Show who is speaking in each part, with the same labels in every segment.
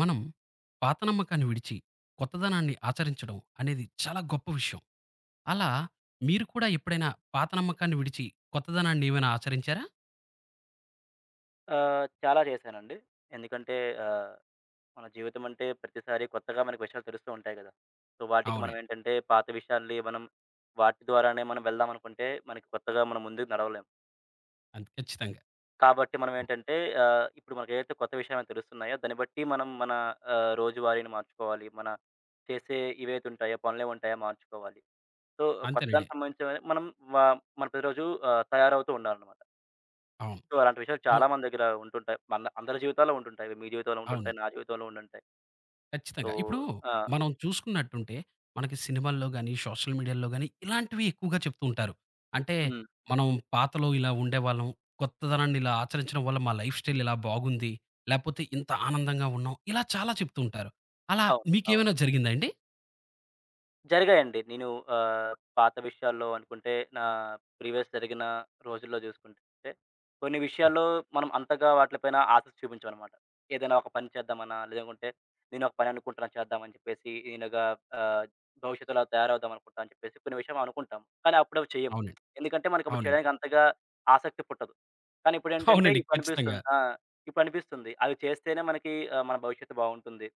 Speaker 1: మనం పాత నమ్మకాన్ని విడిచి కొత్తదనాన్ని ఆచరించడం అనేది చాలా గొప్ప విషయం. అలా మీరు కూడా ఎప్పుడైనా పాత నమ్మకాన్ని విడిచి కొత్తదనాన్ని ఏమైనా ఆచరించారా?
Speaker 2: చాలా చేశానండి. ఎందుకంటే ఆహ్, మన జీవితం అంటే ప్రతిసారి కొత్తగా మనకు విషయాలు తెలుస్తూ ఉంటాయి గదా! సో, వాటికి మనం
Speaker 1: అవునండి.
Speaker 2: ఏంటంటే పాత విషయాల్ని మనం వాటి ద్వారానే మనం వెళ్దామనుకుంటే మనకి కొత్తగా మనం ముందుకు నడవలేం.
Speaker 1: అంతే ఖచ్చితంగా.
Speaker 2: కాబట్టి మనం
Speaker 1: అవును.
Speaker 2: ఏంటంటే ఇప్పుడు మనకేదైతే కొత్త విషయాలు తెలుస్తున్నాయో దాన్ని బట్టి మనం మన రోజువారీని మార్చుకోవాలి. మన చేసే ఇవైతే ఉంటాయో పనులేవుంటాయో మార్చుకోవాలి. సో,
Speaker 1: అంతేనండి.
Speaker 2: కొత్తదానికి సంబంధించినవి మనం వ మన ప్రతిరోజు తయారవుతూ ఉండాలన్నమాట.
Speaker 1: అవును.
Speaker 2: సో, అలాంటి విషయాలు
Speaker 1: అవును.
Speaker 2: చాలా మంది దగ్గర ఉంటుంటాయి. మన అందరి జీవితాల్లో ఉంటుంటాయి. మీ జీవితంలో ఉంటుంటాయి.
Speaker 1: అవునండి.
Speaker 2: నా జీవితంలో ఉండుంటాయి. సో
Speaker 1: ఖచ్చితంగా. ఇప్పుడు
Speaker 2: ఆ!
Speaker 1: మనం చూసుకున్నట్టుంటే, మనకి సినిమాల్లో గాని, సోషల్ మీడియాలో గాని ఇలాంటివి ఎక్కువగా చెప్తూ ఉంటారు. అంటే
Speaker 2: హ్మ్.
Speaker 1: మనం పాతలో ఇలా ఉండేవాళ్ళం. కొత్తదనాన్ని ఇలా ఆచరించడం వల్ల మా లైఫ్ స్టైల్ ఇలా బాగుంది. లేపోతే ఇంత ఆనందంగా ఉన్నాం. ఇలా చాలా చెప్తూ ఉంటారు. అలా
Speaker 2: అవును.
Speaker 1: మీకేమైనా
Speaker 2: అవును.
Speaker 1: జరిగిందా అండి?
Speaker 2: జరిగాయండి. నేను ఆహ్, పాత విషయాల్లో అనుకుంటే నా ప్రీవియస్ జరిగిన రోజుల్లో జూసుకుంటే కొన్ని
Speaker 1: అవ్
Speaker 2: విషయాల్లో మనం అంతగా వాటి పైన ఆసక్తి చూపించమనమాట. ఏదైనా ఒక పని చేద్దామన్నా, లేదనుకుంటే నేను ఒక పని అనుకుంటున్నా చేద్దామని చెప్పేసి నేనుగా ఆహ్, భవిష్యత్తులో తయారవుదాం అనుకుంటా అని చెప్పేసి కొన్ని విషయం అనుకుంటాం. కానీ అప్పుడవి చెయ్యము.
Speaker 1: అవునండి.
Speaker 2: ఎందుకంటే మనకప్పుడు
Speaker 1: అవునండి.
Speaker 2: చేయడానికి అంతగా ఆసక్తి పుట్టదు. కానీ ఇప్పుడేంటంటే
Speaker 1: అవునండి. ఖచ్చితంగా.
Speaker 2: ఇప్పుడనిపిస్తుంది ఆ! ఇప్పుడనిపిస్తుంది. అవి చేస్తేనే మనకి మన భవిష్యత్తు బావుంటుంది.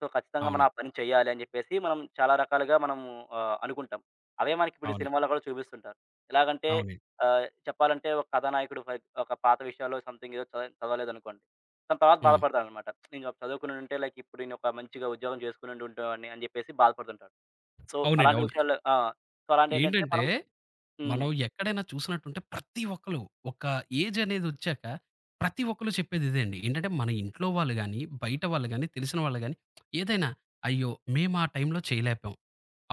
Speaker 2: సో, ఖచ్చితంగా మనం ఆ
Speaker 1: అవునండి.
Speaker 2: పని చేయాలి అని జెప్పేసి మనం చాలా రకాలుగా మనము అనుకుంటాం. అవే మనకిప్పుడు ఈ
Speaker 1: అవునండి.
Speaker 2: సినిమాలో గూడా చూపిస్తుంటారు. ఎలాగంటే
Speaker 1: అవునండి.
Speaker 2: చెప్పాలంటే ఒక కథానాయకుడు ఫర్ ఒక పాత విషయాల్లో సంథింగ్ ఏదో చదవలేదనుకోండి. తను తర్వాత
Speaker 1: హ్మ్.
Speaker 2: బాధపడతాడనమాట. నేను చదువుకునుంటే లైక్ ఇప్పుడు నేను ఒక మంచిగా ఉద్యోగం చేసుకునుండి ఉండేవాడిని అని జెప్పేసి బాధపడుతుంటాడు. సో,
Speaker 1: అవునండి.
Speaker 2: అలాంటి
Speaker 1: అవును.
Speaker 2: విషయాల్లో ఆ! సో, అలాంటేంటంటే
Speaker 1: ఏంటంటే
Speaker 2: మనం హ్మ్.
Speaker 1: మనం ఎక్కడైనా చూసినట్టుంటే ప్రతి ఒక్కళ్ళు ఒక ఏజ్ అనేది వచ్చాక ప్రతి ఒక్కళ్ళు చెప్పేది ఇదే అండి. ఏంటంటే మన ఇంట్లో వాళ్ళు గాని, బయట వాళ్ళు గాని, తెలిసిన వాళ్ళు గాని ఏదైనా, "అయ్యో! మేము ఆ టైంలో చేయలేకపోయాం.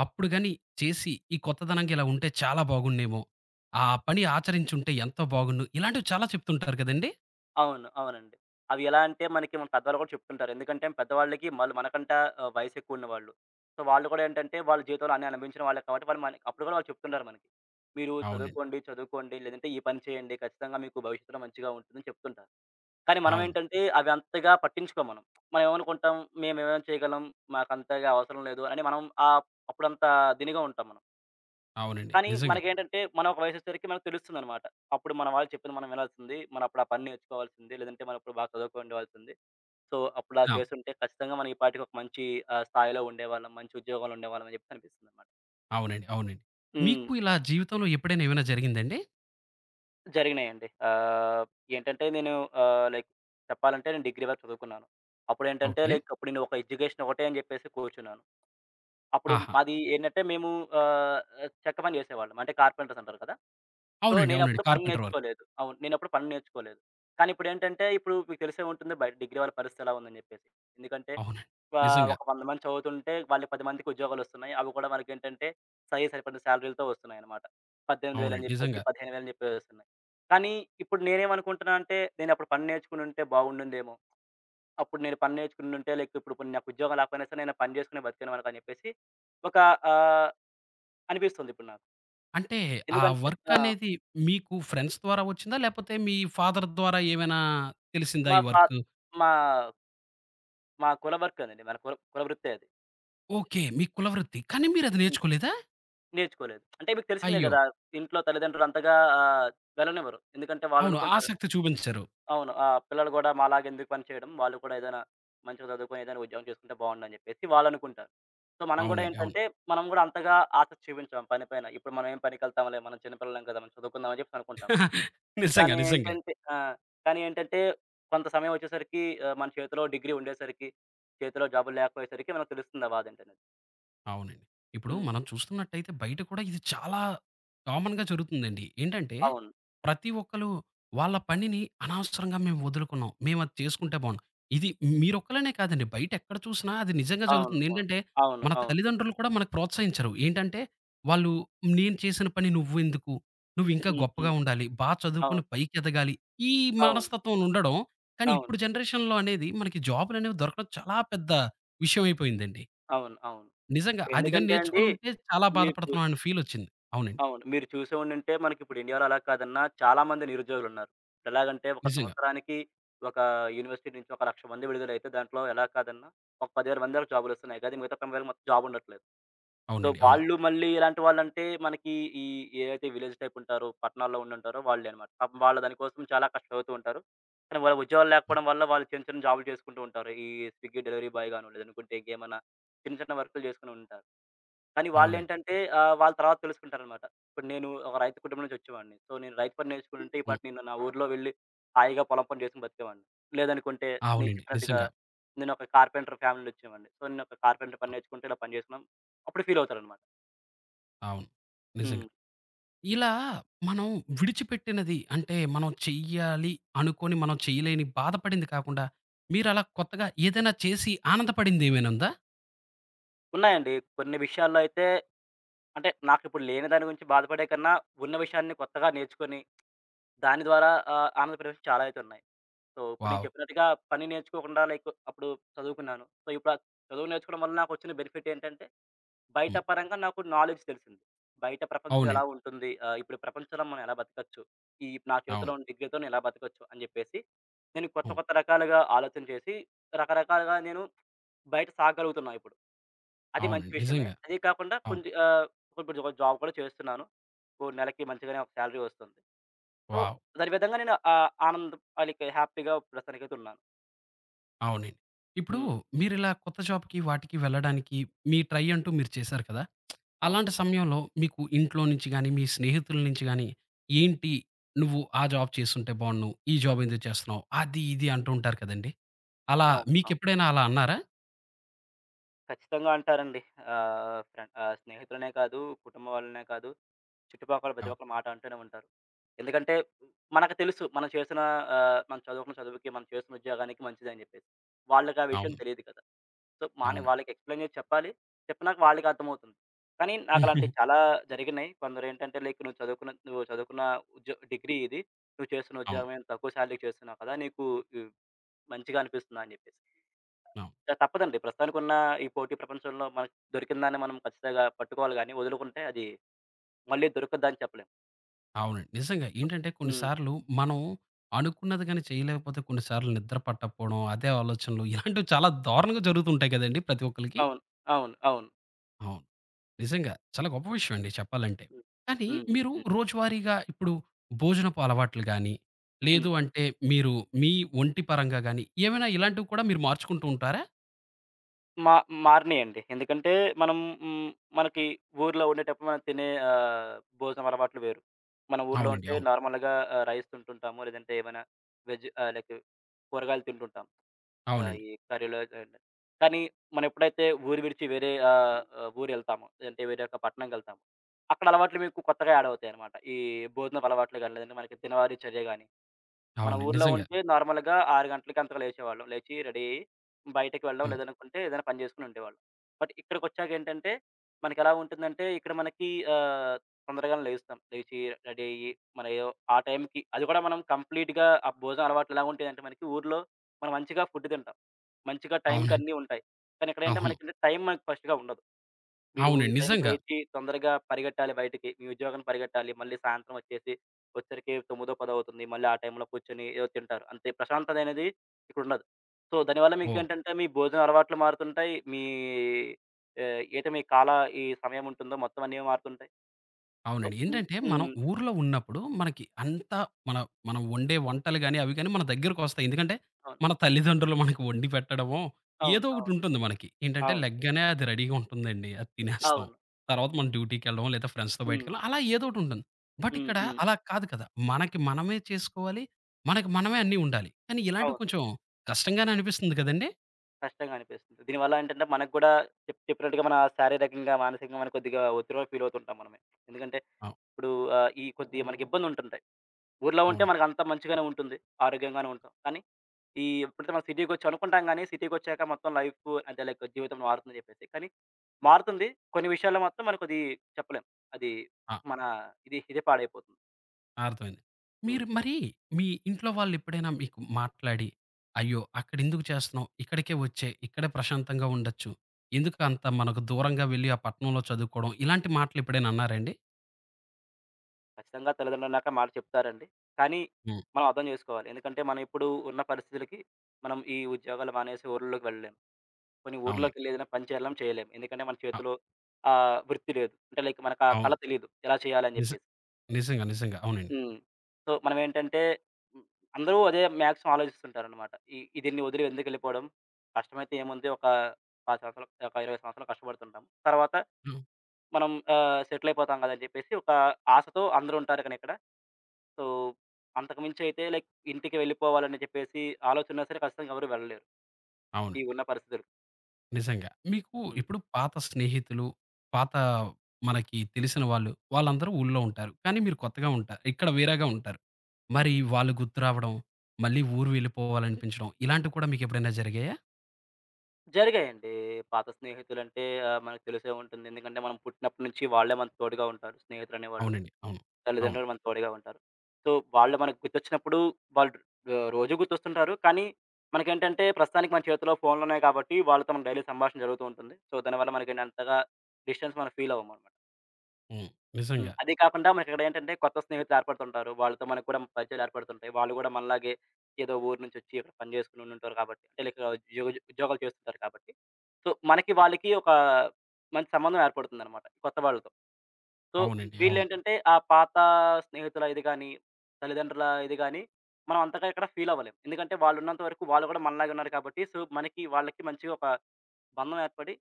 Speaker 1: అప్పుడు గాని చేసి ఈ కొత్తదనంగా ఇలా ఉంటే చాలా బాగున్నేమో. ఆ పని ఆచరించుంటే ఎంతో బాగున్ను." ఇలాంటివి చాలా చెప్తుంటారు కదండీ!
Speaker 2: అవును. అవునండి. అవి ఎలా అంటే మనకి మన పెద్దవాళ్ళు కూడా చెప్తుంటారు. ఎందుకంటే పెద్దవాళ్ళకి మళ్ళు మనకంట వయసు ఎక్కువున్న వాళ్ళు. సో, వాళ్ళు కూడా ఏంటంటే వాళ్ళ జీవితంలో అన్నీ అనుభవించిన వాళ్ళే కాబట్టి వాళ్ళు మనకి అప్పుడు కూడా వాళ్ళు చెప్తుంటారు మనకి. మీరు
Speaker 1: అవునండి.
Speaker 2: చదువుకోండి, చదువుకోండి లేదంటే ఈ పని చేయండి. ఖచ్చితంగా మీకు భవిష్యత్తులో మంచిగా ఉంటుందని చెప్తుంటారు. కానీ మనం
Speaker 1: అవును.
Speaker 2: ఏంటంటే అవి అంతగా పట్టించుకోము మనం. మనం ఏమనుకుంటాం మేమేమేం చేయగలం, మాకంతగా అవసరం లేదు అని మనం అప్పుడంత దినిగా ఉంటాం మనం.
Speaker 1: అవునండి.
Speaker 2: కానీ
Speaker 1: నిజంగా.
Speaker 2: మనకేంటంటే, మనం ఒక వయసొచ్చేసరికి మనకు తెలుస్తుందనమాట. అప్పుడు మన వాళ్ళు చెప్పింది మనం వినాల్సింది. మనం అప్పుడు ఆ పని నేర్చుకోవాల్సింది. లేదంటే మనం అప్పుడు బాగా చదువుకుండేవాల్సింది. సో, అప్పుడలా
Speaker 1: ఆ!
Speaker 2: చేసుంటే ఖచ్చితంగా మనం ఈ పాటికి ఒక మంచి స్థాయిలో ఉండేవాళ్ళం. మంచి ఉద్యోగంలో ఉండేవాళ్ళం అని చెప్పేసి అనిపిస్తుందనమాట.
Speaker 1: అవునండి. అవునండి.
Speaker 2: హ్మ్.
Speaker 1: మీకు ఇలా జీవితంలో ఎప్పుడైనా ఏమైనా జరిగిందండి?
Speaker 2: జరిగినాయండి. ఏంటంటే నేను లైక్ చెప్పాలంటే నేను డిగ్రీ వరకు చదువుకున్నాను. అప్పుడేంటంటే
Speaker 1: ఓకే.
Speaker 2: లైక్ అప్పుడు నేను ఒక ఎడ్యుకేషన్ ఒకటే అని చెప్పేసి కూర్చున్నాను. అప్పుడు
Speaker 1: ఆహా!
Speaker 2: మాది ఏంటంటే మేము ఆహ్, చెక్క పని చేసేవాళ్ళం. అంటే కార్పెంటర్స్ అంటారు కదా! సో,
Speaker 1: అవునండి. అవునండి.
Speaker 2: నేనప్పుడు పని
Speaker 1: కార్పెంటర్ వర్క్.
Speaker 2: నేర్చుకోలేదు. అవును. నేనప్పుడు పని నేర్చుకోలేదు. కానీ ఇప్పుడేంటంటే, ఇప్పుడు మీకు తెలిసే ఉంటుంది బయట డిగ్రీ వాళ్ళ పరిస్థితి ఎలా ఉందని జెప్పేసి. ఎందుకంటే,
Speaker 1: అవునండి. నిజంగా.
Speaker 2: ఒక 100 మంది చదువుతుంటే వాళ్ళు 10 మందికి ఉద్యోగాలొస్తున్నాయి. అవి కూడా మనకేంటంటే, సరి సరిపడిన శాలరీలతో వస్తున్నాయన్నమాట. 18,000
Speaker 1: అవునండి.
Speaker 2: అని జెప్పేసి,
Speaker 1: నిజంగా.
Speaker 2: 15,000 అని జెప్పేసొస్తున్నాయి. కానీ ఇప్పుడు నేనేమనుకుంటున్నా అంటే, నేనప్పుడు పని నేర్చుకునుంటే బాగుండుందేమో! అప్పుడు నేను పని నేర్చుకునుంటే లైక్ ఇప్పుడు పోనీ నాకు ఉద్యోగం రాకపోయినా సరే, నేను పని జేసుకునే బతికేవాడిని అని జెప్పేసి ఒక ఆహ్, అనిపిస్తుంది ఇప్పుడు నాకు.
Speaker 1: అంటే ఆ
Speaker 2: ఎందుకంటే
Speaker 1: వర్క్
Speaker 2: ఆ!
Speaker 1: అనేది మీకు ఫ్రెండ్స్ ద్వారా వచ్చిందా? లేపోతే మీ ఫాదర్ ద్వారా ఏమైనా తెలిసిందా
Speaker 2: మా
Speaker 1: ఈ
Speaker 2: ఫా
Speaker 1: వర్కు?
Speaker 2: మా మా కుల వర్కేనండి. మన కుల కుల వృత్తే అది.
Speaker 1: ఓకే. మీ కులవృత్తి. కానీ మీరది
Speaker 2: హ్మ్.
Speaker 1: నేర్చుకోలేదా?
Speaker 2: నేర్చుకోలేదు. అంటే మీకు తెలిసిందే ఓకే.
Speaker 1: అయ్యో!
Speaker 2: గదా! ఇంట్లో తల్లిదండ్రులు అంతగా ఆహ్, వెళ్ళనివ్వరు. ఎందుకంటే
Speaker 1: అవును.
Speaker 2: వాళ్ళనుకుంటారు
Speaker 1: ఆసక్తి చూపించరు.
Speaker 2: అవును. ఆ! పిల్లలు గూడా మాలాగా ఎందుకు పని చేయడం? వాళ్ళు కూడా ఏదైనా మంచిగా చదువుకొని ఏదైనా ఉద్యోగం చేసుకుంటే బావుండని జెప్పేసి వాళ్ళనుకుంటారు. సో, మనం గూడా
Speaker 1: అవునండి. అవును.
Speaker 2: ఏంటంటే మనం గూడా అంతగా ఆసక్తి చూపించాం పని పైన. ఇప్పుడు మనం ఏం పనికెళ్తాంలే మనం చిన్న పిల్లలం కదా! మనం చదువుకుందాం అని జెప్పేసి అనుకుంటాం.
Speaker 1: నిజంగా.
Speaker 2: కానీ
Speaker 1: నిజంగా.
Speaker 2: ఏంటంటే ఆ! కానీ ఏంటంటే కొంత సమయం ఒచ్చేసరికి మన చేతిలో డిగ్రీ ఉండేసరికి, చేతిలో జాబులు లేకపోయేసరికి మనకు తెలుస్తుంది ఆ బాధేంటనేది.
Speaker 1: అవునండి. ఇప్పుడు
Speaker 2: హ్మ్.
Speaker 1: మనం చూస్తున్నట్టయితే బయట కూడా ఇది చాలా కామన్‌గా జరుగుతుందండి. ఏంటంటే,
Speaker 2: అవును.
Speaker 1: ప్రతి ఒక్కళ్ళు వాళ్ళ పనిని అనవసరంగా మేము వదులుకున్నాం. మేము అది చేసుకుంటే బావుండు. ఇది మీరొక్కళ్ళనే కాదండి. బయట ఎక్కడ చూసినా అది నిజంగా
Speaker 2: అవును.
Speaker 1: జరుగుతుంది.
Speaker 2: అవును.
Speaker 1: ఏంటంటే,
Speaker 2: అవును.
Speaker 1: మన
Speaker 2: అవును.
Speaker 1: తల్లిదండ్రులు కూడా మనకు ప్రోత్సహించరు. ఏంటంటే, వాళ్ళు నేను చేసిన పని నువ్వెందుకు? నువ్వింకా
Speaker 2: హ్మ్.
Speaker 1: గొప్పగా
Speaker 2: హ్మ్.
Speaker 1: ఉండాలి. బా చదువుకొని
Speaker 2: అవును.
Speaker 1: పైకెదగాలి. ఈ
Speaker 2: అవును.
Speaker 1: మనస్తత్వం ఉండడం. కానీ
Speaker 2: అవును.
Speaker 1: ఇప్పుడు జనరేషన్‌లో అనేది మనకి జాబులనేవి దొరకడం చాలా పెద్ద విషయం అయిపోయిందండి.
Speaker 2: అవును. అవును.
Speaker 1: నిజంగా. అది గాని
Speaker 2: ఇప్పుడెందుకంటే అండి
Speaker 1: నేర్చుకొనుంటే చాలా
Speaker 2: మీకు
Speaker 1: బాధపడుతున్నాం అనే ఫీలొచ్చింది. అవునండి.
Speaker 2: అవును. మీరు చూసే ఉండుంటే మనకిప్పుడు ఇండియాలో అలా కాదన్నా చాలా మంది నిరుద్యోగులున్నారు. ఎలాగంటే ఒక
Speaker 1: నిజంగా.
Speaker 2: సంవత్సరానికి ఒక యూనివర్సిటీ నుంచి ఒక 1,00,000 మంది విడుదలైతే దాంట్లో ఎలా కాదన్నా ఒక 10,000 మంది వరకు జాబ్‌లొస్తున్నాయి. కానీ మిగతా 90,000 మొత్తం జాబ్ ఉండట్లేదు. సో,
Speaker 1: అవునండి. అవును.
Speaker 2: వాళ్ళు మళ్ళీ ఎలాంటి వాళ్ళంటే, మనకి ఈ ఏదైతే విలేజ్ టైప్ ఉంటారో, పట్టణాల్లో ఉండుంటారో వాళ్ళే అనమాట. పాపం వాళ్ళు దాని కోసం చాలా కష్టపడుతూ ఉంటారు. కానీ వాళ్ళ ఉద్యోగాలు
Speaker 1: హ్మ్.
Speaker 2: లేకపోవడం వల్ల వాళ్ళు చిన్న చిన్న జాబులు చేసుకుంటూ ఉంటారు. ఈ స్విగ్గీ డెలివరీ బాయ్ గాను, లేదనుకుంటే ఇంకేమన్నా చిన్న చిన్న వర్కులు చేసుకొని ఉంటారు. కానీ
Speaker 1: అవునండి.
Speaker 2: వాళ్ళేంటంటే వాళ్ళు ఏంటంటే ఆ, వాళ్ళ తర్వాత తెలుసుకుంటారనమాట. ఇప్పుడు నేను ఒక రైతు కుటుంబం నుంచి వచ్చేవాడిని. సో, నేను రైతు పని నేర్చుకుంటే ఈ
Speaker 1: హ్మ్.
Speaker 2: పాటి నేను నా ఊర్లో వెళ్లి హాయిగా పొలం పని చేసుకొని బతికేవాడిని. లేదనుకుంటే నేను
Speaker 1: అవునండి.
Speaker 2: చెప్పినట్టుగా
Speaker 1: నిజంగా.
Speaker 2: నేనొక కార్పెంటర్ ఫ్యామిలీ నుంచొచ్చేవాడిని. సో, నేనొక కార్పెంటర్ పని నేర్చుకుంటే ఇలా పని చేసుకున్నాం. అప్పుడు ఫీల్ అవుతారనమాట.
Speaker 1: అవును. నిజంగా.
Speaker 2: హ్మ్.
Speaker 1: ఇలా మనం విడిచిపెట్టినది అంటే మనం చెయ్యాలి అనుకోని మనం చేయలేని బాధపడింది కాకుండా, మీరలా కొత్తగా ఏదైనా చేసి ఆనందపడిందేమైనా ఉందా?
Speaker 2: ఉన్నాయండి. కొన్ని విషయాల్లో అయితే అంటే నాకిప్పుడు లేని దాని గురించి బాధపడే కన్నా, ఉన్న విషయాన్ని కొత్తగా నేర్చుకొని, దాని ద్వారా ఆనందపడే చాలా అయితే ఉన్నాయి. సో, ఇప్పుడు నేను
Speaker 1: వావ్!
Speaker 2: చెప్పినట్టుగా పని నేర్చుకోకుండా లైక్ అప్పుడు చదువుకున్నాను. సో, ఇప్పుడు ఆ చదువు నేర్చుకోవడం వల్ల నాకొచ్చిన బెనిఫిట్ ఏంటంటే, బయట
Speaker 1: హ్మ్.
Speaker 2: పరంగా నాకు నాలెడ్జ్ తెలిసింది. బయట ప్రపంచం ఎలా
Speaker 1: అవునండి.
Speaker 2: ఉంటుంది? ఇప్పుడు ప్రపంచంలో మనం ఎలా బతకచ్చు? ఈ నా
Speaker 1: అవును.
Speaker 2: చేతిలో ఉన్న డిగ్రీతో నేను ఎలా బతకచ్చు? అని చెప్పేసి, నేను కొత్త
Speaker 1: అవును.
Speaker 2: కొత్త రకాలుగా ఆలోచన చేసి, రకరకాలుగా నేను బయట సాగలుగుతున్నా ఇప్పుడు. అది మంచి
Speaker 1: అవునండి.
Speaker 2: విషయమే.
Speaker 1: నిజంగా.
Speaker 2: అదే కాకుండా
Speaker 1: అవును.
Speaker 2: కొంచెం ఇప్పుడు ఒక జాబ్ కూడా చేస్తున్నాను. ఓ నెలకి మంచిగానే ఒక సాలరీ వస్తుంది. So,
Speaker 1: wow!
Speaker 2: దాని విధంగా నేను ఆనందం లైక్ హ్యాపీ‌గా ప్రస్తుతానికైతే ఉన్నాను.
Speaker 1: అవునండి. ఇప్పుడు
Speaker 2: హ్మ్.
Speaker 1: మీరిలా కొత్త జాబ్‌కి వాటికి వెళ్ళడానికి మీ ట్రై అంటూ మీరు చేశారు కదా!
Speaker 2: అవును.
Speaker 1: అలాంటి సమయంలో మీకు ఇంట్లో నుంచి గాని, మీ స్నేహితుల నుంచి గాని, ఏంటి నువ్వు ఆ జాబ్ చేసుంటే బావున్ను. ఈ జాబ్ ఎందుకు చేస్తున్నావు? అది ఇది అంటూ ఉంటారు కదండీ! అలా
Speaker 2: అవును. అవును.
Speaker 1: మీకెప్పుడైనా అలా అన్నారా?
Speaker 2: ఖచ్చితంగా అంటారండి. స్నేహితులనే కాదు, కుటుంబం వాళ్ళనే కాదు, చుట్టుపక్కల ప్రతి
Speaker 1: అవును.
Speaker 2: ఒక్కరు మాట అంటూనే ఉంటారు. ఎందుకంటే మనకు తెలుసు మనం చేసిన మనం చదువుకున్న చదువుకి, మనం చేస్తున్న ఉద్యోగానికి మంచిదని జెప్పేసి. వాళ్ళకి ఆ విషయం
Speaker 1: అవును.
Speaker 2: తెలియదు కదా! సో, మాని
Speaker 1: అవునండి.
Speaker 2: వాళ్ళకి ఎక్స్‌ప్లెయిన్ జేసి చెప్పాలి. చెప్పినాక వాళ్ళకి అర్థమవుతుంది. కానీ
Speaker 1: ఉహుహు.
Speaker 2: నాకలాంటివి చాలా జరిగినాయి. కొందరేంటంటే లైక్ నువ్వు చదువుకున్న డిగ్రీ ఇది. నువ్వు చేస్తున్న
Speaker 1: అవును.
Speaker 2: ఉద్యోగం ఏం తక్కువ సాలరీ‌కి చేస్తున్నావు కదా! నీకు ఇ మంచిగా అనిపిస్తుందా?" అని జెప్పేసి.
Speaker 1: అవును.
Speaker 2: తప్పదండి. ప్రస్తుతానికున్న ఈ పోటీ ప్రపంచంలో మనకు దొరికిన దాన్ని మనం ఖచ్చితంగా పట్టుకోవాలి గానీ, వదులుకుంటే అది మళ్ళీ దొరకద్దని చెప్పలేం.
Speaker 1: అవునండి. నిజంగా ఏంటంటే కొన్ని
Speaker 2: హ్మ్.
Speaker 1: సార్లు మనం అనుకున్నది గాని చేయలేకపోతే కొన్ని సార్లు నిద్ర పట్టకపోవడం, అదే ఆలోచనలు ఇలాంటివి చాలా దారుణంగా జరుగుతుంటాయి కదండీ! ప్రతి ఒక్కళ్ళకి.
Speaker 2: అవును. అవును. అవును.
Speaker 1: అవును. నిజంగా. చాలా గొప్ప విషయం అండి చెప్పాలంటే.
Speaker 2: హ్మ్.
Speaker 1: కానీ
Speaker 2: హ్మ్. హ్మ్.
Speaker 1: మీరు
Speaker 2: హ్మ్.
Speaker 1: రోజువారీగా ఇప్పుడు భోజనపు అలవాట్లు గాని, లేదు
Speaker 2: హ్మ్.
Speaker 1: అంటే మీరు మీ ఒంటి పరంగా గాని, ఏమైనా ఇలాంటివి కూడా మీరు మార్చుకుంటూ ఉంటారా?
Speaker 2: మా మారినియండి. ఎందుకంటే మనం హ్మ్, మనకి ఊర్లో ఉండేటప్పుడు మనం తినే భోజనం అలవాట్లు వేరు. మన ఊర్లో
Speaker 1: అవునండి.
Speaker 2: ఉంటే
Speaker 1: అవును.
Speaker 2: నార్మల్‌గా రైస్ తింటుంటాము. లేదంటే ఏమైనా వెజ్ ఆహ్, లైక్ కూరగాయలు తింటుంటాం. ఆ!
Speaker 1: అవునండి.
Speaker 2: ఈ కర్రీలో అండ్ కానీ మనం ఎప్పుడైతే ఊరు విడిచి వేరే ఆహ్, ఆహ్, ఊరెళ్తామో, లేదంటే వేరే ఒక పట్టణంకెళ్తామో, అక్కడ అలవాట్లు మీకు కొత్తగా యాడ్ అవుతాయన్నమాట. ఈ భోజనపు అలవాట్లు గాని, లేదంటే మనకి దినవారీ చర్య గాని. మన
Speaker 1: అవును.
Speaker 2: ఊర్లో
Speaker 1: నిజంగా.
Speaker 2: ఉంటే నార్మల్‌గా 6 గంటలకి అంతకు లేచేవాళ్ళం. లేచి రెడీ అయ్యి బయటకి వెళ్ళడం
Speaker 1: హ్మ్.
Speaker 2: లేదనుకుంటే ఏదైనా పని చేసుకొని ఉండేవాళ్ళం. బట్ ఇక్కడికొచ్చాకేంటంటే మనకెలా ఉంటుందంటే ఇక్కడ మనకి ఆహ్, తొందరగానే లేస్తాం. లేచి రెడీ అయ్యి మన ఏదో ఆ టైంకి అది కూడా మనం కంప్లీట్‌గా ఆ భోజనం అలవాట్లు ఎలా ఉంటాయంటే మనకి ఊర్లో మనం మంచిగా ఫుడ్ తింటాం. మంచిగా టైంకి
Speaker 1: అవునండి.
Speaker 2: అన్నీ ఉంటాయి. కానీ ఇక్కడేంటంటే
Speaker 1: అవును.
Speaker 2: మనకి టైం మనకి ఫస్ట్‌గా ఉండదు. మీరు ఈ
Speaker 1: అవునండి.
Speaker 2: టైంకి
Speaker 1: నిజంగా.
Speaker 2: లేచి తొందరగా పరిగెట్టాలి బయటికి. మీ ఉద్యోగానికి పరిగెట్టాలి. మళ్ళీ సాయంత్రం వచ్చేసి వచ్చేసరికి 9:00, 10:00 అవుతుంది. మళ్ళీ ఆ టైంలో కూర్చొని ఏదో తింటారు. అంతే ప్రశాంతత అనేది ఇక్కడుండదు. సో, దానివల్ల
Speaker 1: ఓహ్!
Speaker 2: మీకేంటంటే మీ భోజన అలవాట్లు మారుతుంటాయి. మీ ఆహ్, ఏదైతే మీ కాల ఈ సమయం ఉంటుందో మొత్తం అన్నీ మారుతుంటాయి. సో
Speaker 1: అవునండి.
Speaker 2: హ్మ్.
Speaker 1: ఏంటంటే, మనం
Speaker 2: హ్మ్.
Speaker 1: ఊర్లో ఉన్నప్పుడు మనకి అంతా మన మనం వండే వంటలు గాని, అవి గాని మన దగ్గరకొస్తాయి. ఎందుకంటే,
Speaker 2: అవును.
Speaker 1: మన తల్లిదండ్రులు మనకు వండి పెట్టడమో,
Speaker 2: అవును.
Speaker 1: ఏదో
Speaker 2: అవును.
Speaker 1: ఒకటుంటుంది మనకి. ఏంటంటే,
Speaker 2: అవును.
Speaker 1: లెగ్గానే అది రెడీగా ఉంటుందండి. అది తినేస్తాం.
Speaker 2: అవును.
Speaker 1: తర్వాత మనం డ్యూటీకెళ్ళడం, లేదా ఫ్రెండ్స్‌తో
Speaker 2: హ్మ్.
Speaker 1: బయటికెళ్ళడం అలా ఏదో ఒకటుంటుంది. బట్
Speaker 2: హ్మ్.
Speaker 1: ఇక్కడ
Speaker 2: హ్మ్.
Speaker 1: అలా కాదు కదా! మనకి మనమే చేసుకోవాలి. మనకి మనమే అన్నీ ఉండాలి. కానీ ఇలాంటివి
Speaker 2: అవును.
Speaker 1: కొంచెం కష్టంగానే అనిపిస్తుంది కదండీ!
Speaker 2: కష్టంగా అనిపిస్తుంది. దీనివల్ల ఏంటంటే మనకు గూడా చెప్పినట్టుగా మన శారీరకంగా, మానసికంగా మన కొద్దిగా ఒత్తిడిలో ఫీల్ అవుతుంటాం మనమే. ఎందుకంటే
Speaker 1: అవ్
Speaker 2: ఇప్పుడు ఈ కొద్దిగా మనకి ఇబ్బందుంటుంటాయి. ఊర్లో ఉంటే
Speaker 1: అవును.
Speaker 2: మనకంతా మంచిగానే ఉంటుంది. ఆరోగ్యంగానే ఉంటాం. కానీ ఈ ఎప్పుడైతే మనం సిటీకొచ్చాం అనుకుంటాం గానీ, సిటీకొచ్చాక మొత్తం లైఫ్ అంటే లైక్ జీవితం మారుతుందని జెప్పేసి. కానీ మారుతుంది. కొన్ని విషయాల్లో మాత్రం మనకు అది చెప్పలేం. అది
Speaker 1: ఆ!
Speaker 2: మన ఇదే పాడైపోతుంది.
Speaker 1: అర్థమైంది. మీరు
Speaker 2: హ్మ్.
Speaker 1: మరి మీ ఇంట్లో వాళ్ళెప్పుడైనా మీకు మాట్లాడి, "అయ్యో! అక్కడెందుకు చేస్తున్నావు? ఇక్కడికే వచ్చేయి. ఇక్కడే ప్రశాంతంగా ఉండొచ్చు. ఎందుకు అంత మనకు దూరంగా వెళ్లి ఆ పట్టణంలో చదువుకోవడం?" ఇలాంటి మాటలెప్పుడైనా అన్నారా అండి?
Speaker 2: ఖచ్చితంగా తల్లిదండ్రులన్నాక మాట చెప్తారండి. కానీ
Speaker 1: హ్మ్.
Speaker 2: మనం అర్థం జేసుకోవాలి. ఎందుకంటే మనం ఇప్పుడు ఉన్న పరిస్థితులకి మనం ఈ ఉద్యోగాలు మానేసి ఊర్లలోకి వెళ్ళలేం. కొన్ని
Speaker 1: అవునండి.
Speaker 2: ఊర్లోకెళ్ళి ఏదైనా పని చేయాలన్నా చేయలేము. ఎందుకంటే మన
Speaker 1: అ
Speaker 2: చేతిలో వృత్తి లేదు. అంటే లైక్ మనకు ఆ కళ
Speaker 1: అవును.
Speaker 2: తెలీదు. ఎలా చేయాలని
Speaker 1: నిజ
Speaker 2: జెప్పేసి.
Speaker 1: నిజంగా. నిజంగా. అవునండి.
Speaker 2: హ్మ్. సో, మనమేంటంటే హ్మ్, అందరూ అదే మాక్సిమం ఆలోచిస్తుంటారనమాట. ఈ ఈ దీన్ని వదిలి ఎందుకెళ్ళిపోవడం? కష్టమైతే ఏముంది ఒక 10 సంవత్సరాలు, ఒక 20 సంవత్సరాలు కష్టపడుతుంటాం. తర్వాత
Speaker 1: హ్మ్.
Speaker 2: మనం సెటిలయిపోతాం కదా! అని జెప్పేసి ఒక ఆశతో అందరూ ఉంటారు కానీ ఇక్కడ. సో, అంతకు మించయితే లైక్ ఇంటికి వెళ్ళిపోవాలని చెప్పేసి ఆలోచనున్నా సరే ఖచ్చితంగా ఎవరు వెళ్ళలేరు. ఈ
Speaker 1: అవునండి.
Speaker 2: ఉన్న పరిస్థితులు.
Speaker 1: నిజంగా. మీకు
Speaker 2: హ్మ్.
Speaker 1: ఇప్పుడు పాత స్నేహితులు, పాత మనకి తెలిసిన వాళ్ళు, వాళ్ళందరూ ఊళ్ళో ఉంటారు. కానీ మీరు కొత్తగా ఉంటారు. ఇక్కడ వేరేగా ఉంటారు. మరి
Speaker 2: హ్మ్.
Speaker 1: వాళ్ళు గుర్తు రావడం, మళ్ళీ ఊరు వెళ్ళిపోవాలనిపించడం ఇలాంటివి కూడా మీకెప్పుడైనా జరిగాయా?
Speaker 2: జరిగాయండి. పాత స్నేహితులంటే మనకు తెలిసే ఉంటుంది. ఎందుకంటే మనం పుట్టినప్పటి నుంచి వాళ్ళే మనకు తోడుగా ఉంటారు. స్నేహితులనేవాళ్ళు.
Speaker 1: అవునండి. అవును. అవును.
Speaker 2: తల్లిదండ్రులు మనకు తోడుగా ఉంటారు. సో, వాళ్ళు మనకు గుర్తొచ్చినప్పుడు వాళ్ళు రోజూ గుర్తొస్తుంటారు. కానీ మనకేంటంటే ప్రస్తుతానికి మన చేతిలో ఫోన్లున్నాయి కాబట్టి వాళ్ళతో మన డైలీ సంభాషణ జరుగుతూ ఉంటుంది. సో, దానివల్ల మనకేంటి అంతగా డిస్టెన్స్ మనం ఫీల్ అవ్వమనమాట.
Speaker 1: హ్మ్.
Speaker 2: హ్మ్.
Speaker 1: నిజంగా.
Speaker 2: అది కాకుండా మనకిక్కడేంటంటే కొత్త స్నేహితులు ఏర్పడుతుంటారు. వాళ్ళతో మనకు కూడా పరిచయాలు ఏర్పడుతుంటాయి. వాళ్ళు గూడా మనలాగే ఏదో ఊరు నుంచొచ్చి ఇక్కడ పని జేసుకొని ఉండుంటారు కాబట్టి, అంటే లైక్ ఉద్యోగాలు చేస్తుంటారు కాబట్టి. సో, మనకి వాళ్ళకి ఒక మంచి సంబంధం ఏర్పడుతుందనమాట కొత్త వాళ్ళతో. సో,
Speaker 1: అవునండి. అవును.
Speaker 2: వీళ్ళేంటంటే ఆ పాత స్నేహితుల ఇది గాని, తల్లిదండ్రుల ఇది గాని మనం అంతగా ఇక్కడ ఫీల్ అవ్వలేం. ఎందుకంటే వాళ్ళున్నంత వరకు వాళ్ళు గూడా మనలాగే ఉన్నారు కాబట్టి, సో, మనకి వాళ్ళకి మంచిగా ఒక బంధం ఏర్పడి,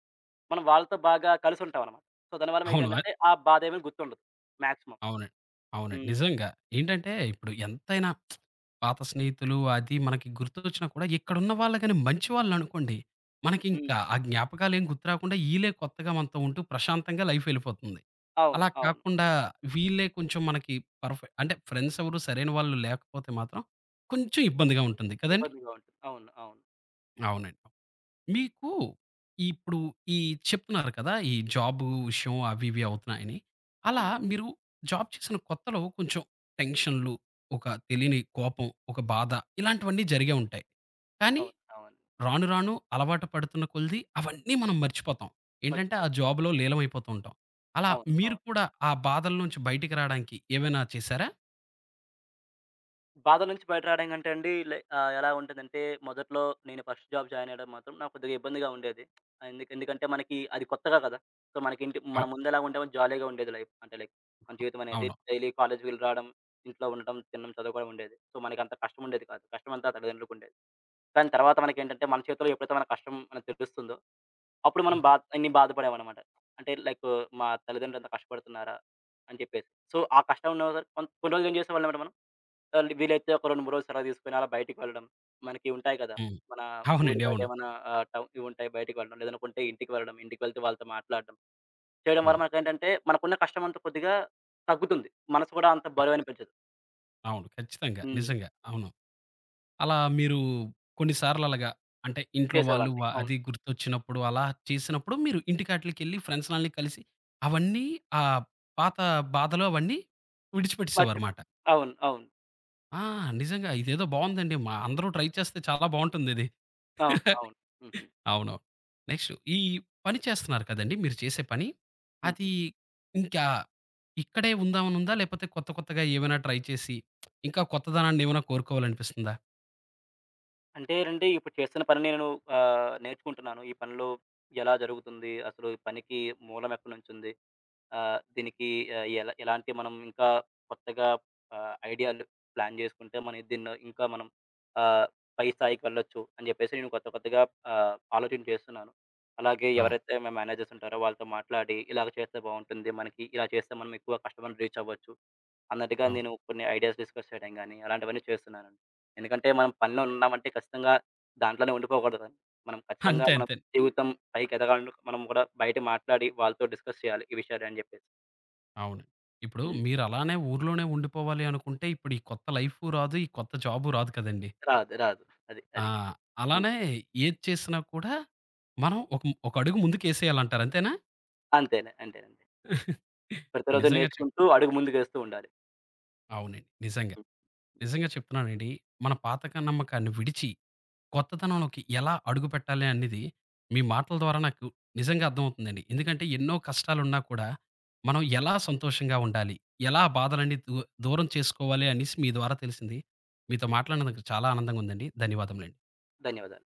Speaker 2: మనం వాళ్ళతో బాగా కలిసుంటామనమాట. సో, దానివల్ల
Speaker 1: అవును.
Speaker 2: మీకేంటంటే ఆ బాధేమీ గుర్తుండదు. మాక్సిమం.
Speaker 1: అవునండి. అవునండి.
Speaker 2: హ్మ్.
Speaker 1: నిజంగా. ఏంటంటే ఇప్పుడు ఎంతైనా పాత స్నేహితులు అది మనకి గుర్తొచ్చినా కూడా ఇక్కడున్న వాళ్ళు గాని మంచి వాళ్ళనుకోండి,
Speaker 2: హ్మ్.
Speaker 1: మనకింకా ఆ
Speaker 2: హ్మ్.
Speaker 1: జ్ఞాపకాలేం గుర్తురాకుండా ఈళ్ళే కొత్తగా మనతో ఉంటూ ప్రశాంతంగా లైఫ్ ఎళ్ళిపోతుంది.
Speaker 2: అవును.
Speaker 1: అలా
Speaker 2: అవును.
Speaker 1: కాకుండా వీళ్ళే కొంచెం మనకి పర్ఫె అంటే ఫ్రెండ్స్ ఎవరు సరైన వాళ్ళు లేకపోతే మాత్రం కొంచెం ఇబ్బందిగా ఉంటుంది కదండీ!
Speaker 2: ఇబ్బందిగా ఉంటుంది. అవును. అవును.
Speaker 1: అవునండి. మీకు ఇప్పుడు ఈ చెప్తున్నారు కదా! ఈ జాబు విషయం అవి ఇవి అవుతున్నాయని. అలా
Speaker 2: హ్మ్.
Speaker 1: మీరు జాబ్ చేసిన కొత్తలో కొంచెం టెన్షన్‌లు, ఒక తెలియని కోపం, ఒక బాధ ఇలాంటివన్నీ జరిగే ఉంటాయి. కానీ
Speaker 2: అవును. అవును.
Speaker 1: రాను రాను అలవాటు పడుతున్న కొలిది అవన్నీ మనం మర్చిపోతాం. ఏంటంటే ఆ
Speaker 2: మర్చిపోతాం.
Speaker 1: జాబ్‌లో లీలమైపోతూ ఉంటాం. అలా
Speaker 2: అవును.
Speaker 1: మీరు
Speaker 2: అవును.
Speaker 1: కూడా ఆ బాధల నుంచి బయటికి రాడానికి ఏమైనా చేశారా?
Speaker 2: బాధ నుంచి బయట రావడం కంటే అండి లై ఎలా ఉంటదంటే మొదట్లో నేను ఫస్ట్ జాబ్ జాయిన్ అయ్యడం మాత్రం నాకు కొద్దిగా ఇబ్బందిగా ఉండేది. ఆ, ఎందుకంటే మనకి అది కొత్తగా కదా! సో, మనకేంటి
Speaker 1: అవ్
Speaker 2: మనం ముందెలా ఉండేమో జాలీగా ఉండేది లైఫ్. అంటే లైక్ మన జీవితం అనేది
Speaker 1: అవును.
Speaker 2: డైలీ కాలేజ్‌కి వెళ్లి రావడం, ఇంట్లో ఉండటం, తినడం, చదువుకోవడం ఉండేది. సో, మనకంత కష్టం ఉండేది కాదు. కష్టమంతా తల్లిదండ్రులకుండేది. కానీ తర్వాత మనకేంటంటే మన చేతిలో ఎప్పుడైతే మన కష్టం మనకు తెలుస్తుందో అప్పుడు మనం
Speaker 1: హ్మ్.
Speaker 2: ఇన్ని బాధపడేవాళ్ళమమాట. అంటే లైకు మా తల్లిదండ్రులంత కష్టపడుతున్నారా? అని చెప్పేసి. సో, ఆ కష్టం ఉన్న రోజులు కొన్ని రోజులు ఏం చేసేవాళ్ళమంటే మనం వీలైతే ఒక 2, 3 రోజులు సెలవు తీసుకొని అలా బయటికి వెళ్ళడం. మనకి ఉంటాయి కదా!
Speaker 1: హ్మ్.
Speaker 2: మన ఊరు
Speaker 1: అవునండి.
Speaker 2: బయట
Speaker 1: అవును.
Speaker 2: ఏమన్నా టౌ ఇవుంటాయి బయటికి వెళ్ళడం. లేదనుకుంటే కొంటే ఇంటికి వెళ్ళడం. ఇంటికి వెళ్తే వాళ్ళతో మాట్లాడడం. చేయడం వల్ల
Speaker 1: అవును.
Speaker 2: మనకేంటంటే మనకున్న కష్టం అంతా కొద్దిగా తగ్గుతుంది. మనసు కూడా అంత
Speaker 1: అ
Speaker 2: బరువనిపించదు.
Speaker 1: అవును. ఖచ్చితంగా.
Speaker 2: హ్మ్.
Speaker 1: నిజంగా. అవును. అలా మీరు కొన్నిసార్లు అలాగా అంటే ఇంట్లో వాళ్ళు
Speaker 2: చేసేవాడిని. అవును.
Speaker 1: అది గుర్తొచ్చినప్పుడు అలా చేసినప్పుడు మీరు ఇంటికాట్లకెళ్ళి ఫ్రెండ్స్‌లని కలిసి అవన్నీ ఆ పాత బాధలు అవన్నీ
Speaker 2: మర్చి
Speaker 1: విడిచిపెట్టేసేవారమాట.
Speaker 2: అవును. అవును.
Speaker 1: ఆ! నిజంగా ఇదేదో బావుందండి. మా అందరూ ట్రై చేస్తే చాలా బావుంటుందిది.
Speaker 2: అవును. అవును. హుహు.
Speaker 1: అవును. నెక్స్ట్ ఈ పని చేస్తున్నారు కదండీ! మీరు చేసే పని.
Speaker 2: హ్మ్.
Speaker 1: అది ఇంకా ఇక్కడే ఉందామని ఉందా? లేపోతే కొత్త కొత్తగా ఏమైనా ట్రై చేసి ఇంకా కొత్తదనాన్ని ఏమైనా కోరుకోవాలనిపిస్తుందా?
Speaker 2: అంటే అంటే ఇప్పుడు చేస్తున్న పని నేను నేర్చుకుంటున్నాను. ఈ పనిలో ఎలా జరుగుతుంది? అసలు ఈ పనికి మూలం ఎక్కడి నుంచుంది? దీనికి ఆహ్, ఎలా ఎలాంటి మనం ఇంకా కొత్తగా ఐడియాలు ప్లాన్ చేసుకుంటే మనం దీన్ని ఇంకా మనం ఆహ్, పై స్థాయికి వెళ్ళొచ్చు అని చెప్పేసి నేను కొత్త కొత్తగా ఆలోచన చేస్తున్నాను. అలాగే
Speaker 1: అవును.
Speaker 2: ఎవరైతే మా మేనేజర్స్ ఉంటారో వాళ్ళతో మాట్లాడి ఇలాగ చేస్తే బావుంటుంది. మనకి ఇలా చేస్తే మనం ఎక్కువ కస్టమర్‌ని రీచ్ అవ్వచ్చు అన్నట్టుగా
Speaker 1: అవును.
Speaker 2: నేను కొన్ని ఐడియాస్ డిస్కస్ చేయడం గాని అలాంటివన్నీ చేస్తున్నాను. ఎందుకంటే మనం పనిలో ఉన్నామంటే ఖచ్చితంగా దాంట్లోనే ఉండిపోకూడదండి. మనం ఖచ్చితంగా
Speaker 1: అంతే
Speaker 2: మన
Speaker 1: అంతే.
Speaker 2: జీవితం పైకి ఎదగాలంటే మనం కూడా బయట మాట్లాడి వాళ్ళతో డిస్కస్ చేయాలి ఈ విషయాలు అని చెప్పేసి.
Speaker 1: అవును. ఇప్పుడు
Speaker 2: హ్మ్.
Speaker 1: మీరలానే ఊర్లోనే ఉండిపోవాలి అనుకుంటే, ఇప్పుడు ఈ కొత్త లైఫు రాదు, ఈ కొత్త జాబు రాదు కదండీ!
Speaker 2: రాదు. రాదు. అది. అది.
Speaker 1: ఆహ్,
Speaker 2: హ్మ్.
Speaker 1: అలానే ఏది చేసినా కూడా మనం ఒక ఒక అడుగు ముందుకేసేయాలంటారు అంతేనా?
Speaker 2: అంతేలే. అంతేనండి. ప్రతిరోజు
Speaker 1: నిజంగా
Speaker 2: నేర్చుకుంటూ
Speaker 1: చెప్తున్నా
Speaker 2: అడుగు ముందుకేస్తూ ఉండాలి.
Speaker 1: అవునండి. నిజంగా.
Speaker 2: హ్మ్.
Speaker 1: నిజంగా చెప్తున్నానండి. మన పాత నమ్మకాన్ని విడిచి కొత్తతనంలోకి ఎలా అడుగుపెట్టాలి అనేది మీ మాటల ద్వారా నాకు నిజంగా అర్థమవుతుందండి. ఎందుకంటే ఎన్నో కష్టాలున్నా కూడా మనం ఎలా సంతోషంగా ఉండాలి? ఎలా బాధలన్నీ దూరం చేసుకోవాలి అనేసి మీ ద్వారా తెలిసింది. మీతో మాట్లాడినందుకు చాలా ఆనందంగా ఉందండి. ధన్యవాదములండి.
Speaker 2: ధన్యవాదాలు.